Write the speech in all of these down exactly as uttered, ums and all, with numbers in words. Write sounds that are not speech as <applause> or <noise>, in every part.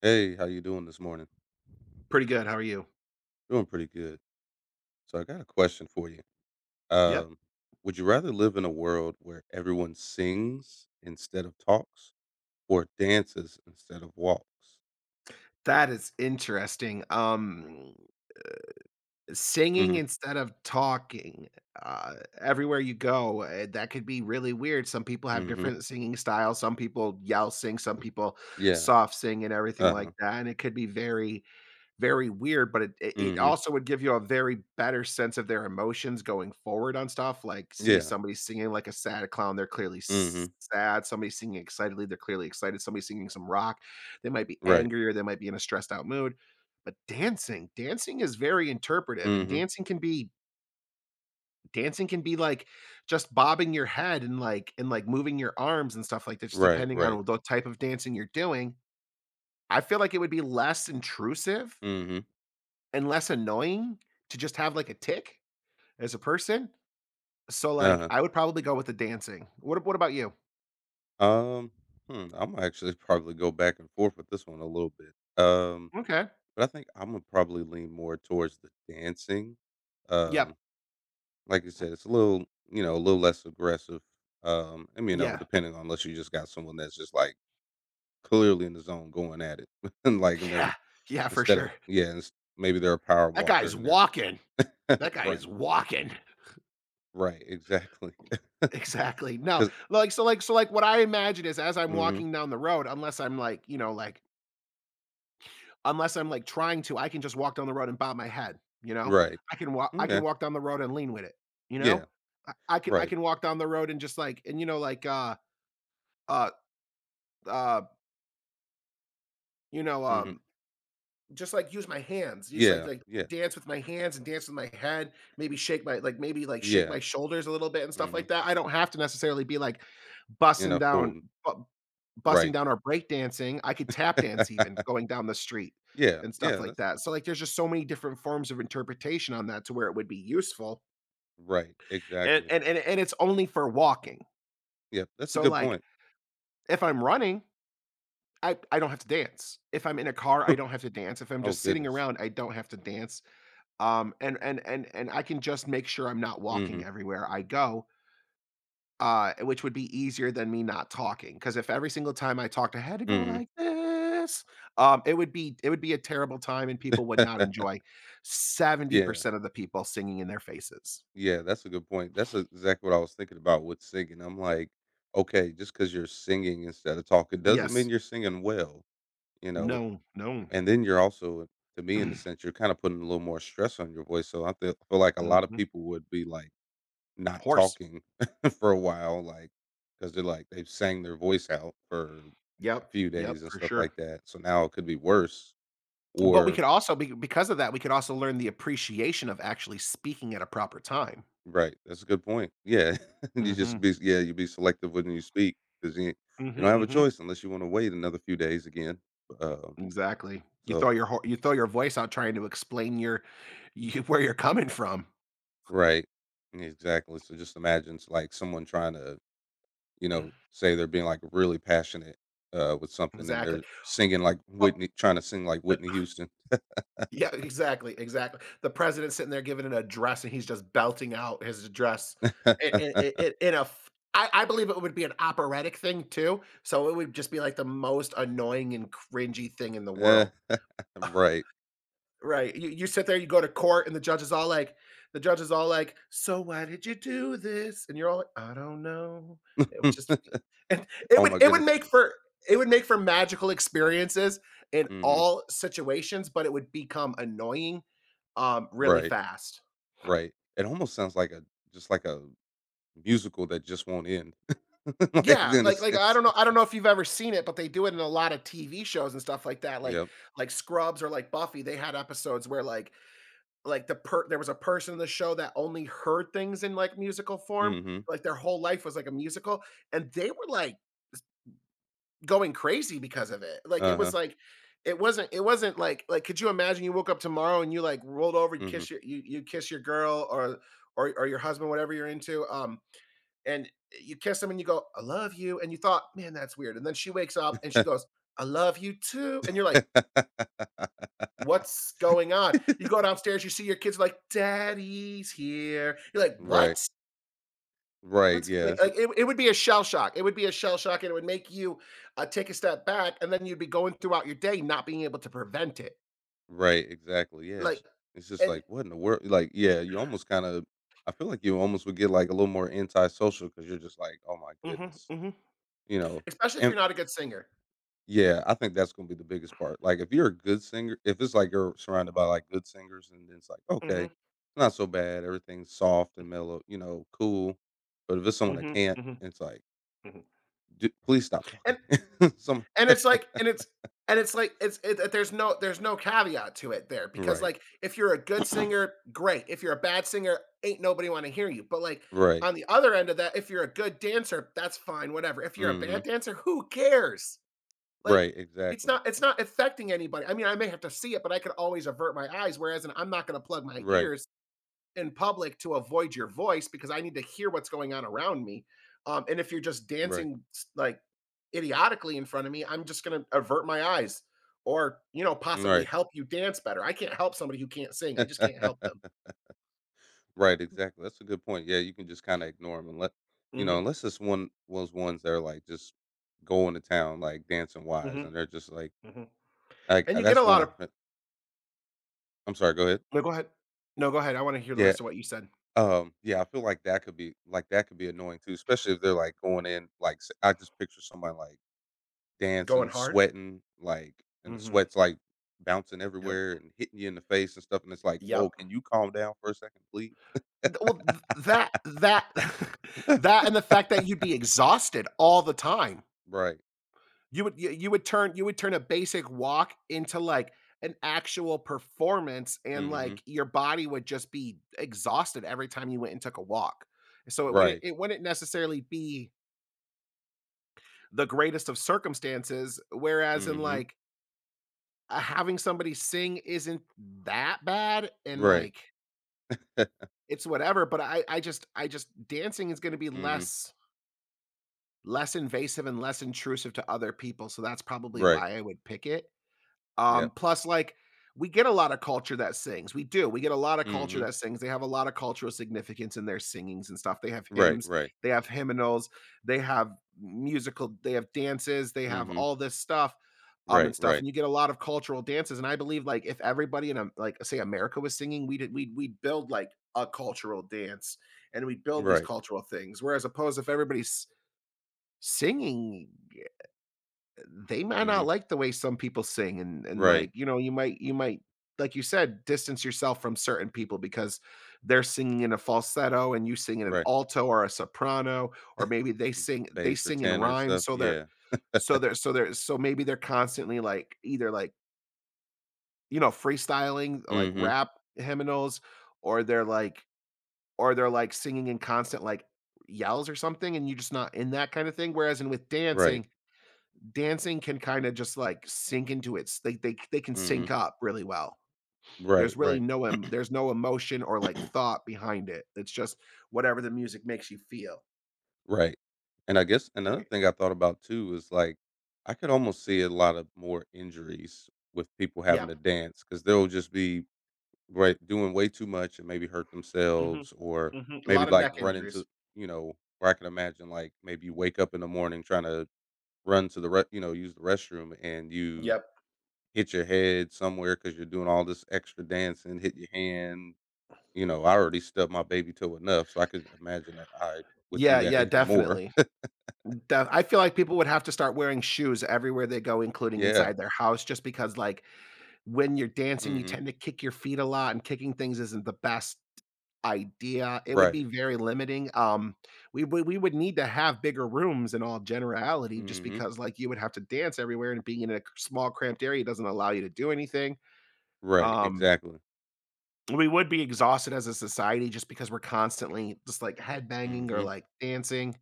Hey, how you doing this morning? Pretty good, how are you? Doing pretty good. So I got a question for you. Yep, Um, would you rather live in a world where everyone sings instead of talks, or dances instead of walks? that is interesting, um, singing hmm instead of talking, uh, everywhere you go, eh, that could be really weird. Some people have hmm different singing styles, some people yell sing, some people Yeah. soft sing and everything Uh huh. like that, and it could be very very weird, but it it hmm also would give you a very better sense of their emotions going forward on stuff, like, see Yeah. somebody singing like a sad clown, they're clearly s hmm sad, somebody singing excitedly, they're clearly excited, somebody singing some rock, they might be Right. angry or they might be in a stressed out mood, but dancing dancing is very interpretive, and hmm dancing can be dancing can be, like, just bobbing your head and, like and, like, moving your arms and stuff like that just Right. depending Right. on the type of dancing you're doing. I feel like it would be less intrusive hmm and less annoying to just have, like, a tick as a person. So, like, Uh I would probably go with the dancing. What what about you? huh. Um. Hmm, I'm actually <laughs> probably go back and forth with this one a little bit. Um. Okay. But I think I'm gonna probably lean more towards the dancing. Yep. Um. Like you said, it's a little, you know, a little less aggressive. Um, I mean, you know, Yeah. depending on unless you just got someone that's just like clearly in the zone going at it, <laughs> and like, and they're Yeah. Yeah, for instead of sure. yeah, ins- maybe they're a power That walker guy's and they're walking. <laughs> That guy right, is walking. <laughs> right, exactly, <laughs> Exactly. No, because like, so, like so, like, what I imagine is as I'm walking down the road, unless I'm, like, you know, like unless I'm, like, trying to, I can just walk down the road and bob my head, you know? right, I can walk I okay, can walk down the road and lean with it, you yeah, know? I I can I right, can walk down the road and just, like and, you know, like, uh, uh, uh, You know, hmm um, just, like, use my hands, just, like yeah, like, yeah, dance with my hands and dance with my head, maybe shake my like, maybe, like, shake yeah, my shoulders a little bit and stuff like hmm that. I don't have to necessarily be, like, in busting a down fool, bu busting right, down or break dancing. I could tap dance even <laughs> going down the street yeah, and stuff yeah, like that's a that. good, So, like, there's just so many different forms of interpretation on that to where it would be useful, right, and exactly, and and and it's only for walking. yep, that's a So, good like, point. if I'm running, I I don't have to dance. If I'm in a car, I don't have to dance. If <laughs> I'm oh just sitting goodness, around, I don't have to dance. Um, and and and and I can just make sure I'm not walking hmm everywhere I go, uh, which would be easier than me not talking. Because if every single time I talked, I had to go hmm like this, um, it would be it would be a terrible time, and people would not <laughs> enjoy. yeah, seventy percent of the people singing in their faces. yeah, that's a good point. That's exactly what I was thinking about with singing. I'm like, okay, just because you're singing instead of talking doesn't mean Yes. you're singing well, you know. No, no. And then you're also, to me, in the <clears throat> sense, you're kind of putting a little more stress on your voice. So I feel, feel like a lot of Mhm. people would be like not Horse. talking <laughs> for a while, like because they're like they've sang their voice out for a Yep, few days yep, and for stuff sure. like that. So now it could be worse, But we or could also be because of that, we could also learn the appreciation of actually speaking at a proper time. right, that's a good point. Yeah, <laughs> you just Mhm, be yeah, you be selective when you speak 'cause you you don't mhm, have a mhm. choice unless you wanna wait another few days again, um, Exactly. You so throw your whole You throw your voice out trying to explain your you where you're coming from. right, yeah, exactly, so just imagine it's like someone trying to, you know, say they're being, like, really passionate, uh, with something and Exactly. they're singing like Well, Whitney trying to sing like Whitney Houston. yeah, exactly, exactly. The president's sitting there giving an address, and he's just belting out his address in in <laughs> in in a f I I believe it would be an operatic thing too, so it would just be, like, the most annoying and cringy thing in the Yeah, world. <laughs> right. Right. You you sit there, you go to court, and the judge is all like the judge is all like, "So why did you do this?" And you're all like, "I don't know." It would just feel and <laughs> it Oh would my it would goodness, make that's for it would make for magical experiences in mhm, all situations, but it would become annoying, um, really right, fast. right. It almost sounds like a just like a musical that just won't end. <laughs> like Yeah, in a like like I sense. don't know I <laughs> don't know if you've ever seen it, but they do it in a lot of T V shows and stuff like that. Like Yep. like Scrubs or like Buffy, they had episodes where like Like the per there was a person in the show that only heard things in, like, musical form, Mm-hmm. like, their whole life was like a musical, and they were, like, going crazy because of it. Like, it was Uh-huh. like it wasn't it wasn't like like, could you imagine you woke up tomorrow and you, like, rolled over and Mm-hmm. kiss your you you kiss your girl or or or your husband, whatever you're into, um, and you kiss them and you go, "I love you," and you thought, "Man, that's weird," and then she wakes up and she goes, "I love you too," and you're like, what's going on? You go downstairs, you see your kids like, "Daddy's here." You're like, <laughs> right. "What? Right. What's" like Yes. like, it it would be a shell shock. It would be a shell shock, and it would make you, uh, take a step back, and then you'd be going throughout your day not being able to prevent it. Right. Exactly. Yes. Like It's just and like what in the world? Like, yeah, you almost kind of. I feel like you almost would get like a little more antisocial because you're just like, oh my Mhm, goodness, mhm. you know. Especially if And you're not a good singer. yeah, I think that's gonna be the biggest part. Like, if you're a good singer, if it's like you're surrounded by like good singers, and then it's like, okay, Mhm, not so bad, everything's soft and mellow, you know, cool. But if it's someone that mhm, can't, mhm, it's like mhm. D please stop talking. <laughs> Some And it's like and it's and it's like it's it there's no there's no caveat to it there because, right, like, if you're a good singer, great. If you're a bad singer, ain't nobody wanna hear you, but, like, right, on the other end of that, if you're a good dancer, that's fine, whatever. If mm you're a bad mhm, dancer, who cares? Like, right, it's exactly, not it's not affecting anybody. I mean, I may have to see it, but I could always avert my eyes, whereas I'm not gonna plug my right, ears in public to avoid your voice because I need to hear what's going on around me. Um, and if you're just right, dancing s- like idiotically in front of me, I'm just going to avert my eyes or, you know, possibly right, help you dance better. I can't help somebody who can't sing. I just can't help them. <laughs> right, exactly. That's a good point. Yeah, you can just kind of ignore them and let you know, Hmm unless it's one was ones that are like just going to town, like dancing wise, hmm and they're just like, hmm like And uh, you get a that's one. lot I, of I'm sorry. Go ahead. No, go ahead. No, go ahead. I want to hear the Yeah. rest of what you said. Um. Yeah. I feel like that could be like that could be annoying too, especially if they're like going in. Like s- I just picture somebody like Going dancing, hard? sweating, like, and the Hmm sweat's like bouncing Yep. everywhere and hitting you in the face and stuff. And it's like, whoa, Yep. can you calm down for a second, please? Th- Well, th- that that <laughs> that and the fact that you'd be exhausted all the time. Right. You would you you would turn you would turn a basic walk into, like, an actual performance, and, Mm-hmm. like, your body would just be exhausted every time you went and took a walk. So it wouldn't Right. it wouldn't necessarily be the greatest of circumstances, whereas in, Mm-hmm. like, uh, having somebody sing isn't that bad, and, Right. like, <laughs> it's whatever, but I I just I just dancing is gonna be mm-hmm. less less invasive and less intrusive to other people, so that's probably Right. why I would pick it. Um, Yep. plus, like, we get a lot of culture that sings. We do. We get a lot of culture Mm-hmm. that sings. They have a lot of cultural significance in their singings and stuff. They have Right. hymns, Right. they have hymnals, they have musical, they have dances, they have Mm-hmm. all this stuff, um, Right. and stuff. Right. And you get a lot of cultural dances. And I believe, like, if everybody in, um, like, say, America was singing, we did, we'd, we'd build like a cultural dance, and we build these Right. cultural things. Whereas, opposed if everybody's singing, they might Mm-hmm. not like the way some people sing and and Right. like, you know, you might you might like you said, distance yourself from certain people because they're singing in a falsetto and you sing in an Right. alto or a soprano, or maybe they B- sing they bass or sing in tenor and rhyme. stuff. So they're Yeah. so they're so they're so maybe they're constantly like either like, you know, freestyling like Mm-hmm. rap hymnals, or they're like or they're like singing in constant like yells or something, and you're just not in that kind of thing. Whereas in with Right. dancing, dancing can kind of just like sink into it. they they they can Mm-hmm. sync up really well. Right. There's really Right. no em- there's no emotion or like thought behind it. It's just whatever the music makes you feel. Right. And I guess another Right. thing I thought about too is like I could almost see a lot of more injuries with people having to Yep. dance because they'll just be right doing way too much and maybe hurt hmm themselves or hmm A maybe lot of like neck run injuries. into you know where I can imagine like maybe you wake up in the morning trying to run to the re- you know use the restroom and you Yep. hit your head somewhere because you're doing all this extra dancing hit your hand you know I already stubbed my baby toe enough so I could imagine that I would do Yeah. that Yeah. even more Definitely. Def- I feel like people would have to start wearing shoes everywhere they go, <laughs> including yeah inside their house, just because like when you're dancing, you mhm. tend to kick your feet a lot, and kicking things isn't the best idea. It would Right. be very limiting. Um, we would we would need to have bigger rooms in all generality just Mhm. because, like, you would have to dance everywhere, and being in a small, cramped area doesn't allow you to do anything. Right, Um, exactly. we would be exhausted as a society just because we're constantly just, like, headbanging or, Mhm. like, dancing,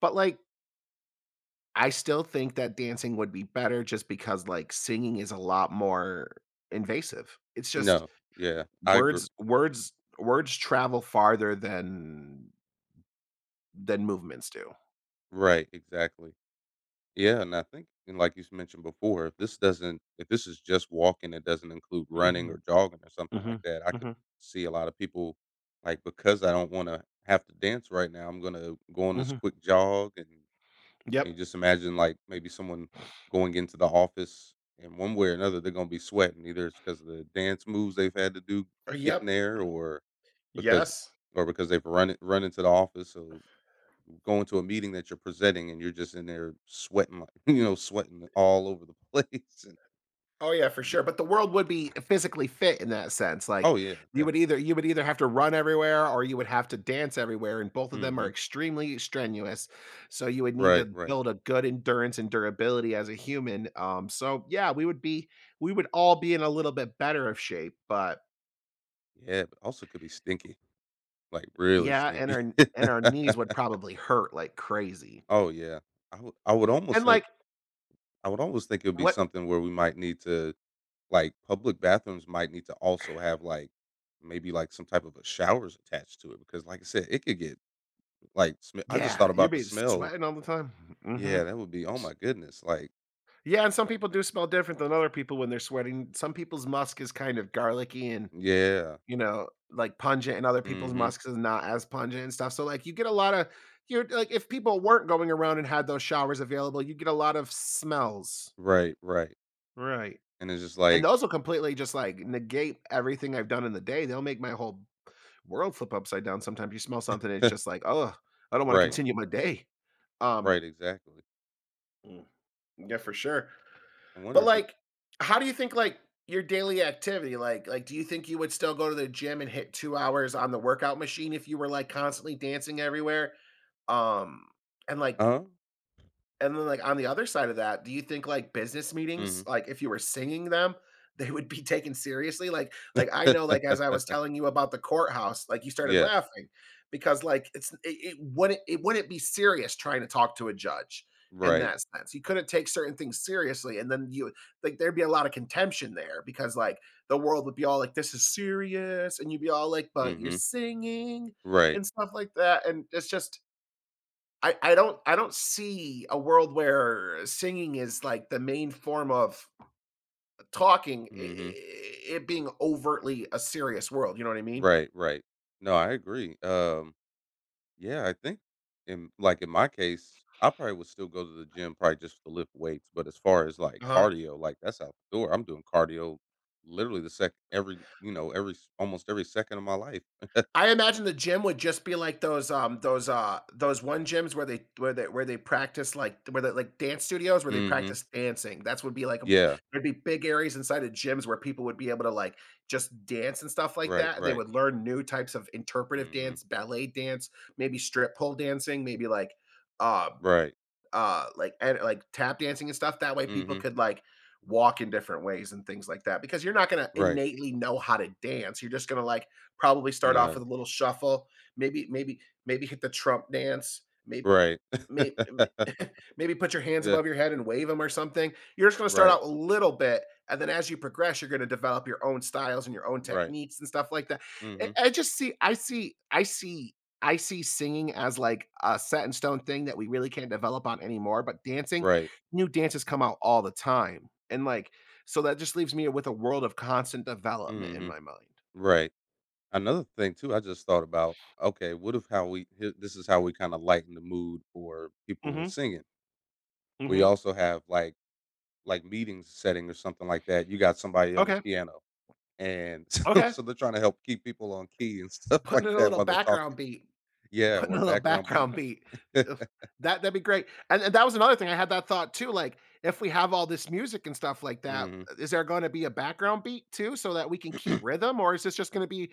but, like, I still think that dancing would be better just because, like, singing is a lot more invasive. It's just No. Yeah, I agree. words words words travel farther than than movements do. Right, exactly. Yeah, and I think and like you s- mentioned before, if this doesn't if this is just walking, it doesn't include running or Mhm, jogging or something like mhm, that, I could mhm, see a lot of people like, because I don't wanna have to dance right now, I'm gonna go on this mhm. quick jog and and Yep. just imagine, like, maybe someone going into the office and one way or another, they're gonna be sweating, either it's because of the dance moves they've had to do Uh, getting yep. there or because Yes. or because they've run it, run into the office. So going to a meeting that you're presenting and you're just in there sweating, like, <laughs> you know, sweating all over the <laughs> place. And Oh yeah, for d- sure, but the world would be physically fit in that sense, oh like, yeah, you would either definitely. you would either have to run everywhere or you would have to dance everywhere, and both of them hmm are extremely strenuous, so you would need Right, to right. build a good endurance and durability as a human, um, so, yeah, we would be we would all be in a little bit better of shape, but Yeah, but also could be stinky, like really yeah, and stinky. our and <laughs> our knees would probably hurt like crazy, oh yeah, I would I would almost and, think like, I would almost think it would be what. something where we might need to like public bathrooms might need to also have like maybe like some type of a showers attached to it because like I said, it could get like sm- I just thought Yeah, you'll about the be smell. sweating all the time. Yeah, Mhm. that would be oh my goodness, like, Yeah, and some people do smell different than other people when they're sweating. Some people's musk is kind of garlicky and, yeah. you know, like, pungent, and other mm people's Mhm. musk is not as pungent and stuff, so, like, you get a lot of you're like, if people weren't going around and had those showers available, you'd get a lot of smells. Right, right, Right. and it's just And like those will completely just, like, negate everything I've done in the day. They'll make my whole world flip upside down. Sometimes you smell something, it's just <laughs> like, oh, I don't wanna right, continue my day." Um, right, exactly. mm, yeah, for sure. I wonder But if like, how do you think like your daily activity, like like do you think you would still go to the gym and hit two hours on the workout machine if you were like constantly dancing everywhere? Um, and like uh-huh, and then, like, on the other side of that, do you think, like, business meetings, mm like, if you were singing them, they would be <laughs> taken seriously? Like like, I know, like, as I was mhm. <laughs> telling you about the courthouse, like, you started Yeah, laughing because, like, it's it it wouldn't it wouldn't be serious trying to talk to a judge in right, that sense. You couldn't take certain things seriously, and then you like, there'd be a lot of contention there because, like, the world would be all like, "This is serious," and you'd be all like, mm "But you're mhm, singing," right, and stuff like that, and it's just I I don't I don't see a world where singing is like the main form of talking, mm I mhm, I it being overtly a serious world, you know what I mean? right, right. No, I agree, um, yeah, I think in like, in my case, I probably would still go to the gym probably just to lift weights, but as far as, like, Uh-huh. cardio, like, that's out the door, I'm doing cardio literally the sec every you know, every s almost every second of my life. I imagine the gym would just be like those um those uh those one gyms where they where they where they practice like where they like dance studios where they Mhm. practice dancing. That's would be like a, Yeah. there'd be big areas inside of gyms where people would be able to like just dance and stuff like Right, that. They right. would learn new types of interpretive Mm. Mhm. dance, ballet dance, maybe strip pole dancing, maybe like um Right. uh like and like tap dancing and stuff that way Mm. people Mhm. could like walk in different ways and things like that because you're not going to Right. innately know how to dance. You're just going to like probably start No. I off with don't- a little shuffle, maybe maybe maybe hit the Trump dance, maybe Right. May <laughs> <laughs> maybe put your hands Yeah. above your head and wave them or something. You're just gonna start Right. out a little bit, and then as you progress, you're gonna develop your own styles and your own Right. techniques and stuff like that. Mm. I Mhm. I just see I see I see I see singing as, like, a set in stone thing that we really can't develop on anymore, but dancing Right. new dances come out all the time, and, like so that just leaves me with a world of constant development Mm. in Mhm. my mind. Right. Another thing too I just thought about, okay, what if how we hi this is how we kinda lighten the mood for people with Mhm, singing. We mhm. also have, like like, meetings setting or something like that, you got somebody on the Okay, piano, and <laughs> so okay. so they're trying to help keep people on key and <laughs> stuff like Putting in a that little while they're background talking. beat. Yeah, Putting or a little background beat. background <laughs> beat. Ugh, <laughs> that that'd be great. And and that was another thing, I had that thought too, like, if we have all this music and stuff like that, Mhm. is there gonna be a background beat too so that we can keep rhythm, or is this just gonna be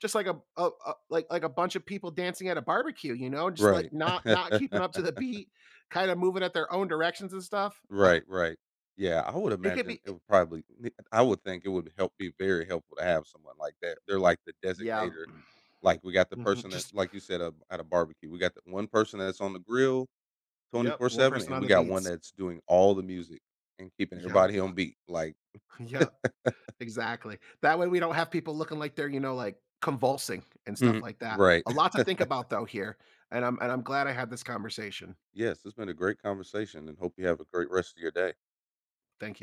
just like a a a like like a bunch of people dancing at a barbecue, you know, just, Right. like, not not <laughs> keeping up to the beat, kinda moving at their own directions and stuff? Ah, Right, right. Yeah, I would it could imagine be it eh, would probably I would think it would help be very helpful to have someone like that. They're like the yeah. designator. Like, we got the Mhm, person that just like you said, uh, at a barbecue, we got the one person that's on the grill yep, one twenty-four seven, person and on we the got one beats. that's doing all the music and keeping everybody Yep, on beat, like <laughs> yep. Exactly. That way we don't have people looking like they're, you know, like convulsing and stuff <laughs> like that. right. A lot <laughs> to think about though here, and I'm and I'm glad I had this conversation. Yes, it's been a great conversation, and hope you have a great rest of your day. Thank you.